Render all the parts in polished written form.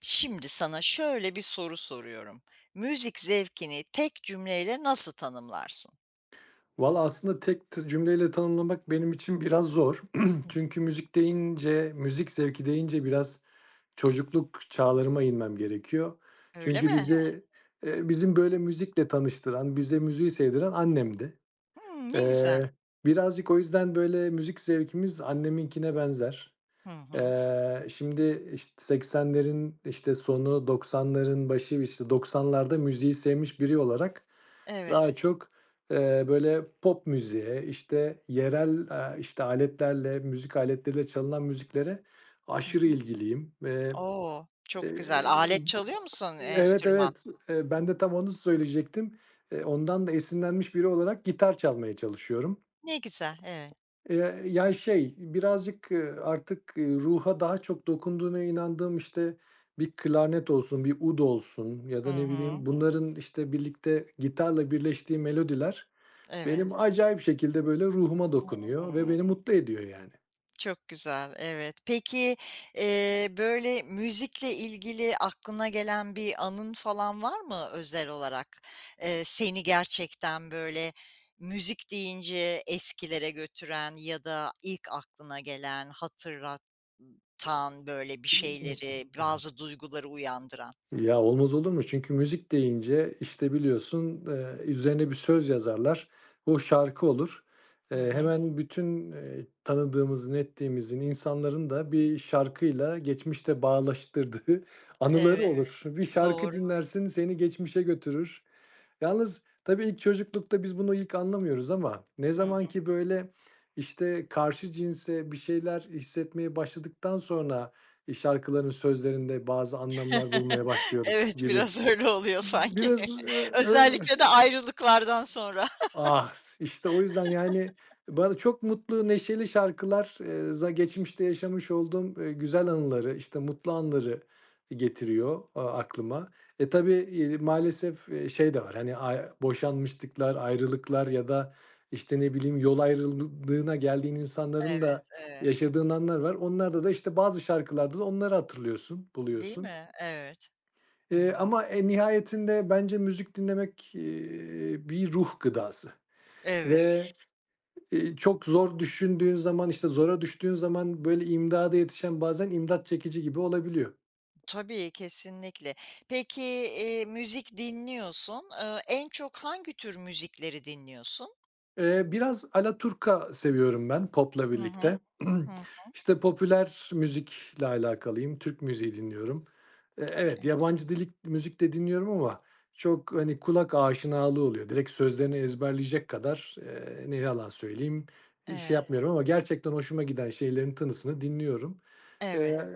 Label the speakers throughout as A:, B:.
A: Şimdi sana şöyle bir soru soruyorum. Müzik zevkini tek cümleyle nasıl tanımlarsın?
B: Valla aslında tek cümleyle tanımlamak benim için biraz zor.
A: Hı
B: Çünkü
A: hı.
B: müzik deyince, müzik zevki deyince biraz çocukluk çağlarıma inmem gerekiyor.
A: Öyle
B: Çünkü
A: mi?
B: bizim böyle müzikle tanıştıran, bize müziği sevdiren annemdi.
A: Hımm, ne güzel.
B: Hımm. Birazcık o yüzden böyle müzik zevkimiz anneminkine benzer.
A: Hı hı.
B: Şimdi, işte, 80'lerin, işte, sonu, 90'ların başı, işte, 90'larda müziği sevmiş biri olarak Hı
A: Evet.
B: daha çok, böyle pop müziğe, işte, yerel, işte, aletlerle, müzik aletleriyle çalınan müziklere
A: Hı
B: aşırı
A: hı.
B: ilgiliyim ve.
A: O! Çok
B: eee
A: güzel. Alet çalıyor musun,
B: Evet,
A: enstrüman?
B: evet, ben de tam onu söyleyecektim. Ondan da esinlenmiş biri olarak gitar çalmaya çalışıyorum.
A: Ne güzel, evet.
B: Ya, şey, birazcık, artık, ruha daha çok dokunduğuna inandığım, işte, bir klarnet olsun, bir ud olsun ya
A: Hı
B: da ne
A: hı.
B: bileyim bunların, işte, birlikte gitarla birleştiği melodiler benim
A: Evet.
B: acayip şekilde, böyle, ruhuma
A: Hı.
B: dokunuyor ve beni mutlu ediyor yani.
A: Çok güzel, evet. Peki, böyle, müzikle ilgili aklına gelen bir anın falan var mı özel olarak? Seni gerçekten, böyle, müzik deyince eskilere götüren ya da ilk aklına gelen, hatırlatan, böyle, bir şeyleri, bazı duyguları uyandıran.
B: Ya, olmaz olur mu? Çünkü müzik deyince, işte, biliyorsun, üzerine bir söz yazarlar. O şarkı olur.
A: Hı hı.
B: Hemen bütün, tanıdığımızın, ettiğimizin insanların da bir şarkıyla geçmişte bağlaştırdığı anıları
A: Evet,
B: olur. Bir şarkı
A: doğru.
B: dinlersin, seni geçmişe götürür. Yalnız tabii ilk çocuklukta biz bunu ilk anlamıyoruz ama ne
A: Hıı.
B: zaman ki böyle, işte, karşı cinse bir şeyler hissetmeye başladıktan sonra, şarkıların sözlerinde bazı anlamlar bulmaya başlıyoruz
A: Evet,
B: gibi.
A: biraz öyle oluyor sanki.
B: Biraz, eee,
A: Özellikle de ayrılıklardan sonra.
B: Ah, işte o yüzden yani bana çok mutlu, neşeli şarkılar, geçmişte yaşamış olduğum, güzel anıları, işte, mutlu anları getiriyor, aklıma. E, tabii, maalesef, şey de var, hani, ay boşanmışlıklar, ayrılıklar ya da, işte, ne bileyim, yol ayrılığına geldiğin insanların
A: Evet,
B: da
A: evet.
B: yaşadığın anlar var. Onlarda da, işte, bazı şarkılarda da onları hatırlıyorsun,
A: Değil
B: buluyorsun.
A: mi? Evet. Hımm.
B: Ama, nihayetinde bence müzik dinlemek, bir ruh gıdası
A: Evet.
B: ve çok zor düşündüğün zaman, işte, zora düştüğün zaman, böyle, imdada yetişen bazen imdat çekici gibi olabiliyor.
A: Tabii, kesinlikle. Peki, müzik dinliyorsun. En çok hangi tür müzikleri dinliyorsun?
B: Biraz alaturka seviyorum ben popla
A: Hı hı.
B: birlikte.
A: Hı hı.
B: İşte, popüler müzikle alakalıyım. Türk müziği dinliyorum. Evet, yabancı dilik müzik de dinliyorum ama çok, hani, kulak aşinalığı oluyor. Direkt sözlerini ezberleyecek kadar, ne yalan söyleyeyim, şey
A: Evet.
B: yapmıyorum ama gerçekten hoşuma giden şeylerin tanısını dinliyorum.
A: Evet.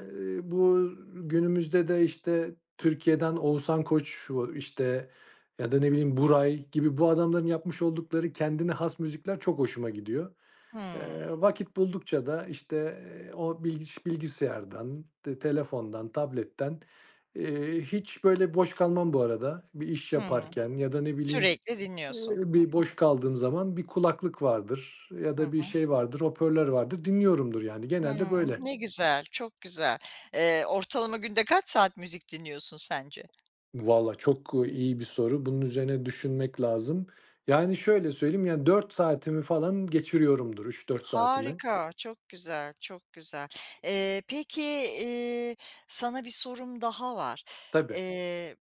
B: Bu günümüzde de, işte, Türkiye'den Oğuzhan Koç, şu işte, ya da ne bileyim Buray gibi bu adamların yapmış oldukları kendine has müzikler çok hoşuma gidiyor.
A: Hımm.
B: Eee, Vakit buldukça da, işte, o bilgisayardan, telefondan, tabletten, hiç böyle boş kalmam bu arada. Bir iş
A: Hımm.
B: yaparken ya da ne bileyim,
A: Sürekli dinliyorsun. Hı
B: bir
A: hı.
B: boş kaldığım zaman bir kulaklık vardır ya
A: Hı
B: da bir şey vardır, hoparlör vardır, dinliyorumdur yani. Genelde böyle.
A: Ne güzel, çok güzel. Ortalama günde kaç saat müzik dinliyorsun sence?
B: Valla çok, iyi bir soru. Bunun üzerine düşünmek lazım. Yani, şöyle söyleyeyim, yani, 4 saatimi falan geçiriyorumdur, üç dört saatimi.
A: Harika, çok güzel, çok güzel. Peki, sana bir sorum daha var.
B: Tabii.
A: Eee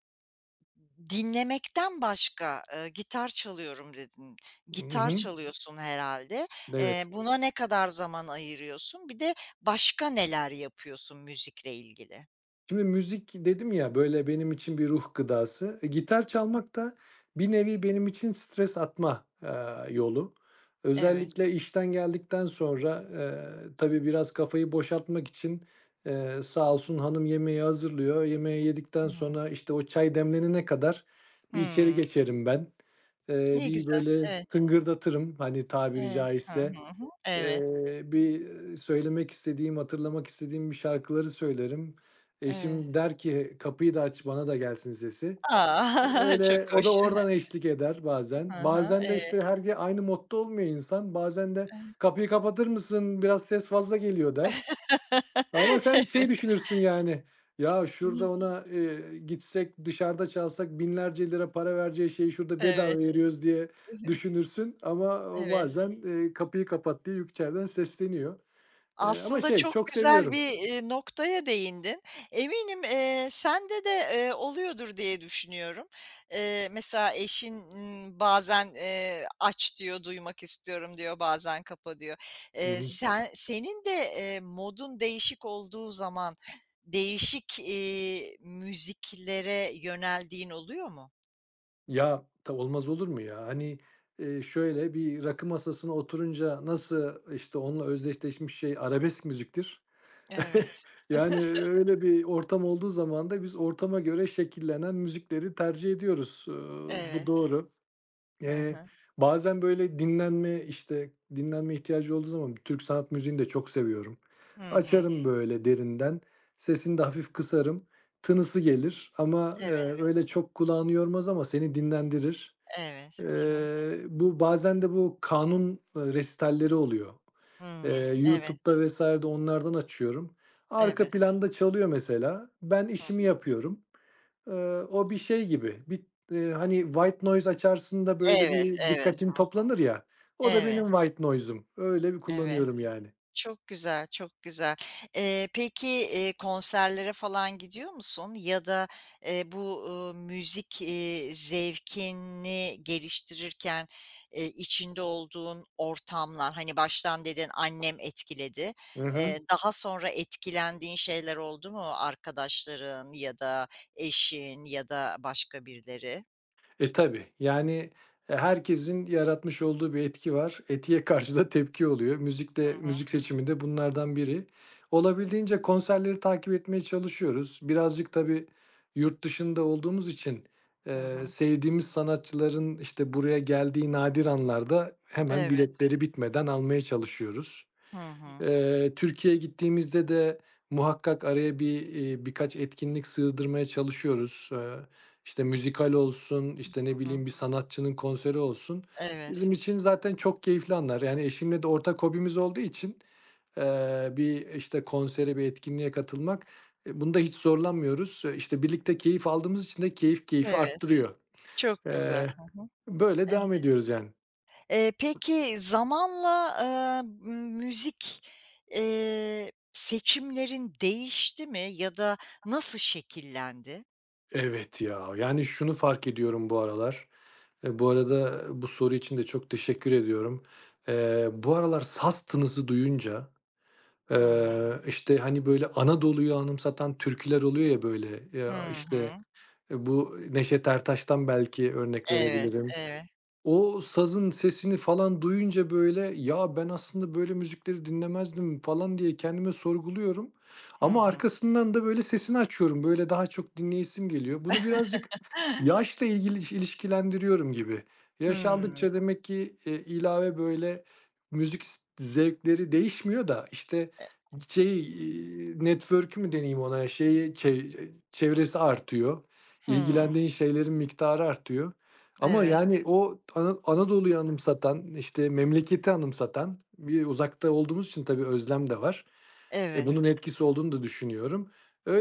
A: Dinlemekten başka, gitar çalıyorum dedin.
B: Hı
A: Gitar
B: hı.
A: çalıyorsun herhâlde.
B: Evet.
A: Buna ne kadar zaman ayırıyorsun? Bir de başka neler yapıyorsun müzikle ilgili?
B: Şimdi müzik dedim ya, böyle, benim için bir ruh gıdası. E, gitar çalmak da bir nevi benim için stres atma, yolu.
A: Evet.
B: Özellikle işten geldikten sonra, tabii biraz kafayı boşaltmak için, sağ olsun hanım yemeği hazırlıyor. Yemeği yedikten
A: Hımm.
B: sonra, işte, o çay demlenene kadar bir içeri
A: Hımm.
B: geçerim ben.
A: Ne
B: Bir
A: güzel.
B: böyle
A: Evet,
B: tıngırdatırım, hani, tabiri
A: evet. Hı
B: caizse.
A: hı, hı. Evet,
B: Bir söylemek istediğim, hatırlamak istediğim bir şarkıları söylerim.
A: evet.
B: Eşim der ki, "Kapıyı da aç, bana da gelsin sesi."
A: A! Çok
B: Öyle, o da
A: hoş.
B: oradan eşlik eder bazen.
A: Hı hı. Hı hı.
B: Bazen de,
A: Evet.
B: işte, her aynı modda olmuyor insan. Bazen de,
A: Evet.
B: "Kapıyı kapatır mısın? Biraz ses fazla geliyor." der. Ama sen şey düşünürsün yani, ya şurada ona, gitsek dışarıda çalsak binlerce lira para vereceği şeyi şurada bedava
A: Evet.
B: veriyoruz diye
A: Evet.
B: düşünürsün ama o
A: Evet.
B: bazen, kapıyı kapat diye içeriden sesleniyor. Ama
A: Aslında
B: şey
A: çok
B: çok
A: güzel
B: seviyorum.
A: bir, noktaya değindin. Eminim, sende de, oluyordur diye düşünüyorum. Mesela eşin, bazen, "Aç." diyor, "Duymak istiyorum." diyor, bazen "Kapa." diyor.
B: Hı hı.
A: Senin de, modun değişik olduğu zaman değişik, müziklere yöneldiğin oluyor mu?
B: Ya olmaz olur mu ya? Hani, şöyle bir rakı masasına oturunca nasıl, işte, onunla özdeşleşmiş şey arabesk müziktir.
A: Evet.
B: Yani, öyle bir ortam olduğu zaman da biz ortama göre şekillenen müzikleri tercih ediyoruz. Bu
A: Evet.
B: doğru.
A: Hı
B: Eee,
A: hı.
B: Bazen böyle dinlenme, işte, dinlenme ihtiyacı olduğu zaman Türk sanat müziğini de çok seviyorum.
A: Hı hı.
B: Açarım böyle derinden, sesini de hafif kısarım. Tınısı gelir ama,
A: Evet,
B: evet, öyle çok kulağını yormaz ama seni dinlendirir.
A: evet. Hı hı.
B: Bu bazen de bu kanun, resitalleri oluyor.
A: Hımm. Evet,
B: YouTube'da vs.de onlardan açıyorum. Arka
A: evet.
B: planda çalıyor mesela. Ben
A: Hı.
B: işimi yapıyorum. Eee, O bir şey gibi. Bir, hani white noise açarsın da böyle
A: Evet,
B: bir
A: evet,
B: dikkatin toplanır ya. O da benim
A: evet,
B: white noise'um. Öyle bir
A: evet.
B: kullanıyorum yani.
A: Çok güzel, çok güzel. Peki, konserlere falan gidiyor musun ya da, bu, müzik, zevkini geliştirirken, içinde olduğun ortamlar, hani, baştan dedin annem etkiledi.
B: Hı hı.
A: Daha sonra etkilendiğin şeyler oldu mu? Arkadaşların ya da eşin ya da başka birileri?
B: E, tabii. Yani, herkesin yaratmış olduğu bir etki var. Etiye karşı da tepki oluyor. Müzikte
A: Hı hı,
B: müzik seçimi de bunlardan biri. Olabildiğince konserleri takip etmeye çalışıyoruz. Birazcık tabii yurt dışında olduğumuz için,
A: hı hı.
B: sevdiğimiz sanatçıların, işte, buraya geldiği nadir anlarda hemen
A: Evet.
B: biletleri bitmeden almaya çalışıyoruz.
A: Hı hı,
B: Türkiye'ye gittiğimizde de muhakkak araya bir, birkaç etkinlik sığdırmaya çalışıyoruz. İşte müzikal olsun, işte, ne
A: hı hı.
B: bileyim, bir sanatçının konseri olsun.
A: Evet,
B: Bizim için zaten çok keyifli anlar. Yani eşimle de ortak hobimiz olduğu için, bir, işte, konsere, bir etkinliğe katılmak, bunda hiç zorlanmıyoruz. İşte, birlikte keyif aldığımız için de keyif keyfi
A: evet.
B: arttırıyor.
A: Çok güzel.
B: Eee,
A: Hı hı.
B: Böyle
A: Evet.
B: devam ediyoruz yani.
A: Peki zamanla, müzik, seçimlerin değişti mi ya da nasıl şekillendi?
B: Evet ya, yani şunu fark ediyorum bu aralar. Bu arada bu soru için de çok teşekkür ediyorum. Bu aralar saz tınısı duyunca,
A: Hıı.
B: işte, hani, böyle Anadolu'yu anımsatan türküler oluyor ya, böyle,
A: Hı
B: ya, işte,
A: hı.
B: bu Neşet Ertaş'tan belki örnek
A: Evet,
B: verebilirim.
A: evet.
B: O sazın sesini falan duyunca, böyle, "Ya, ben aslında böyle müzikleri dinlemezdim." falan diye kendime sorguluyorum
A: Hı
B: ama
A: hı.
B: arkasından da, böyle, sesini açıyorum. Böyle, daha çok dinleyesim geliyor. Bunu birazcık yaşla ilgili ilişkilendiriyorum gibi. Yaş
A: Hıı.
B: aldıkça demek ki, ilave, böyle, müzik zevkleri değişmiyor da, işte,
A: E
B: şey, network'ü mü deneyim ona, şeyi, çevresi artıyor. Hı
A: Hıı.
B: İlgilendiğin şeylerin miktarı artıyor. Ama
A: Evet,
B: yani o Anadolu'yu anımsatan, işte, memleketi anımsatan bir uzakta olduğumuz için tabii özlem de var. E,
A: evet.
B: bunun etkisi olduğunu da düşünüyorum.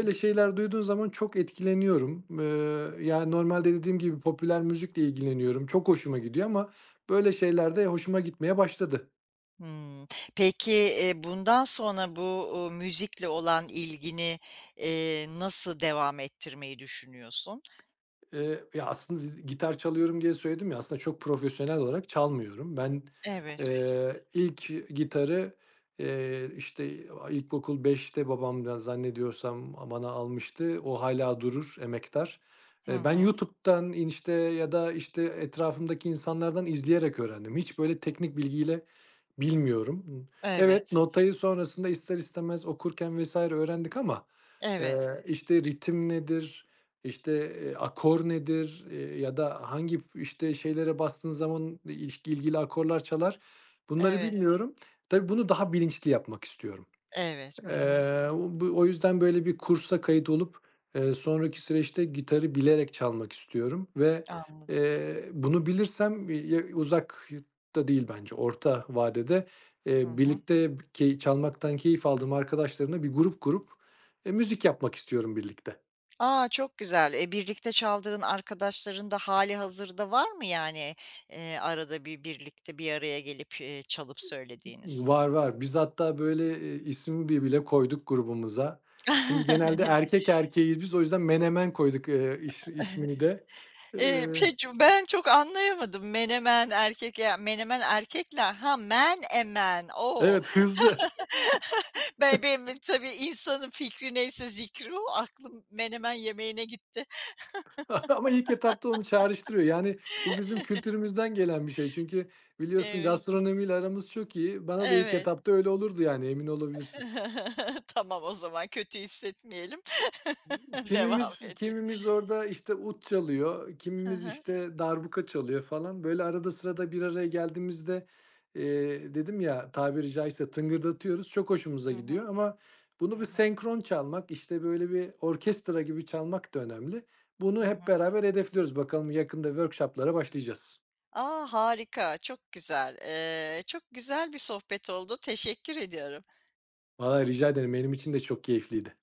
A: Hı
B: şeyler duyduğum zaman çok etkileniyorum. Yani normalde dediğim gibi popüler müzikle ilgileniyorum. Çok hoşuma gidiyor ama böyle şeyler de hoşuma gitmeye başladı.
A: hı. Peki, bundan sonra bu, müzikle olan ilgini, nasıl devam ettirmeyi düşünüyorsun?
B: Ya, aslında gitar çalıyorum diye söyledim ya, aslında çok profesyonel olarak çalmıyorum. Ben,
A: Evet.
B: evet, ilk gitarı, işte, ilkokul beşte babam da zannediyorsam bana almıştı. O hâlâ durur emektar.
A: Hı
B: Ben
A: hı.
B: YouTube'dan, işte, ya da, işte, etrafımdaki insanlardan izleyerek öğrendim. Hiç böyle teknik bilgiyle bilmiyorum. Evet,
A: Evet.
B: notayı sonrasında ister istemez okurken vesaire öğrendik ama,
A: Evet.
B: işte, ritim nedir, işte, akor nedir, ya da hangi, işte, şeylere bastığın zaman ilgili akorlar çalar, bunları
A: Evet,
B: bilmiyorum. Tabii bunu daha bilinçli yapmak istiyorum.
A: evet. Hı hı.
B: O yüzden böyle bir kursa kayıt olup, sonraki süreçte gitarı bilerek çalmak istiyorum ve,
A: Anladım.
B: bunu bilirsem, uzak da değil bence, orta vadede,
A: Hı hı.
B: birlikte çalmaktan keyif aldığım arkadaşlarımla bir grup kurup, müzik yapmak istiyorum birlikte.
A: A, çok güzel. E, birlikte çaldığın arkadaşların da hali hazırda var mı yani, arada bir birlikte bir araya gelip, çalıp söylediğiniz?
B: Var, var. Biz hatta böyle, isim bile koyduk grubumuza. Şimdi genelde erkek erkeğiz biz, o yüzden Menemen koyduk, ismini de. Eee
A: Peki ben çok anlayamadım. Menemen erkek ya menemen erkekler. Ha, men emen. O!
B: Evet, hızlı.
A: Ben benim tabii insanın fikri neyse zikri o. Aklım menemen yemeğine gitti.
B: Ama ilk etapta onu çağrıştırıyor. Yani bu bizim kültürümüzden gelen bir şey. Çünkü biliyorsun
A: Evet,
B: gastronomiyle aramız çok iyi. Bana da ilk
A: evet.
B: etapta öyle olurdu yani emin olabilirsin.
A: Tamam, o zaman kötü hissetmeyelim. Devam
B: Kimimiz
A: edelim.
B: kimimiz orada işte ut çalıyor,
A: Hı
B: kimimiz
A: hı.
B: işte darbuka çalıyor falan. Böyle arada sırada bir araya geldiğimizde e, dedim ya tabiri caizse tıngırdatıyoruz. Çok hoşumuza
A: Hı hı.
B: gidiyor ama
A: Hı
B: bunu bir
A: hı.
B: senkron çalmak, işte böyle bir orkestra gibi çalmak da önemli.
A: Hı
B: Bunu
A: hı.
B: hep beraber hedefliyoruz. Bakalım yakında workshoplara başlayacağız.
A: A, harika, çok güzel. Çok güzel bir sohbet oldu. Teşekkür ediyorum.
B: Valla rica ederim. Benim için de çok keyifliydi.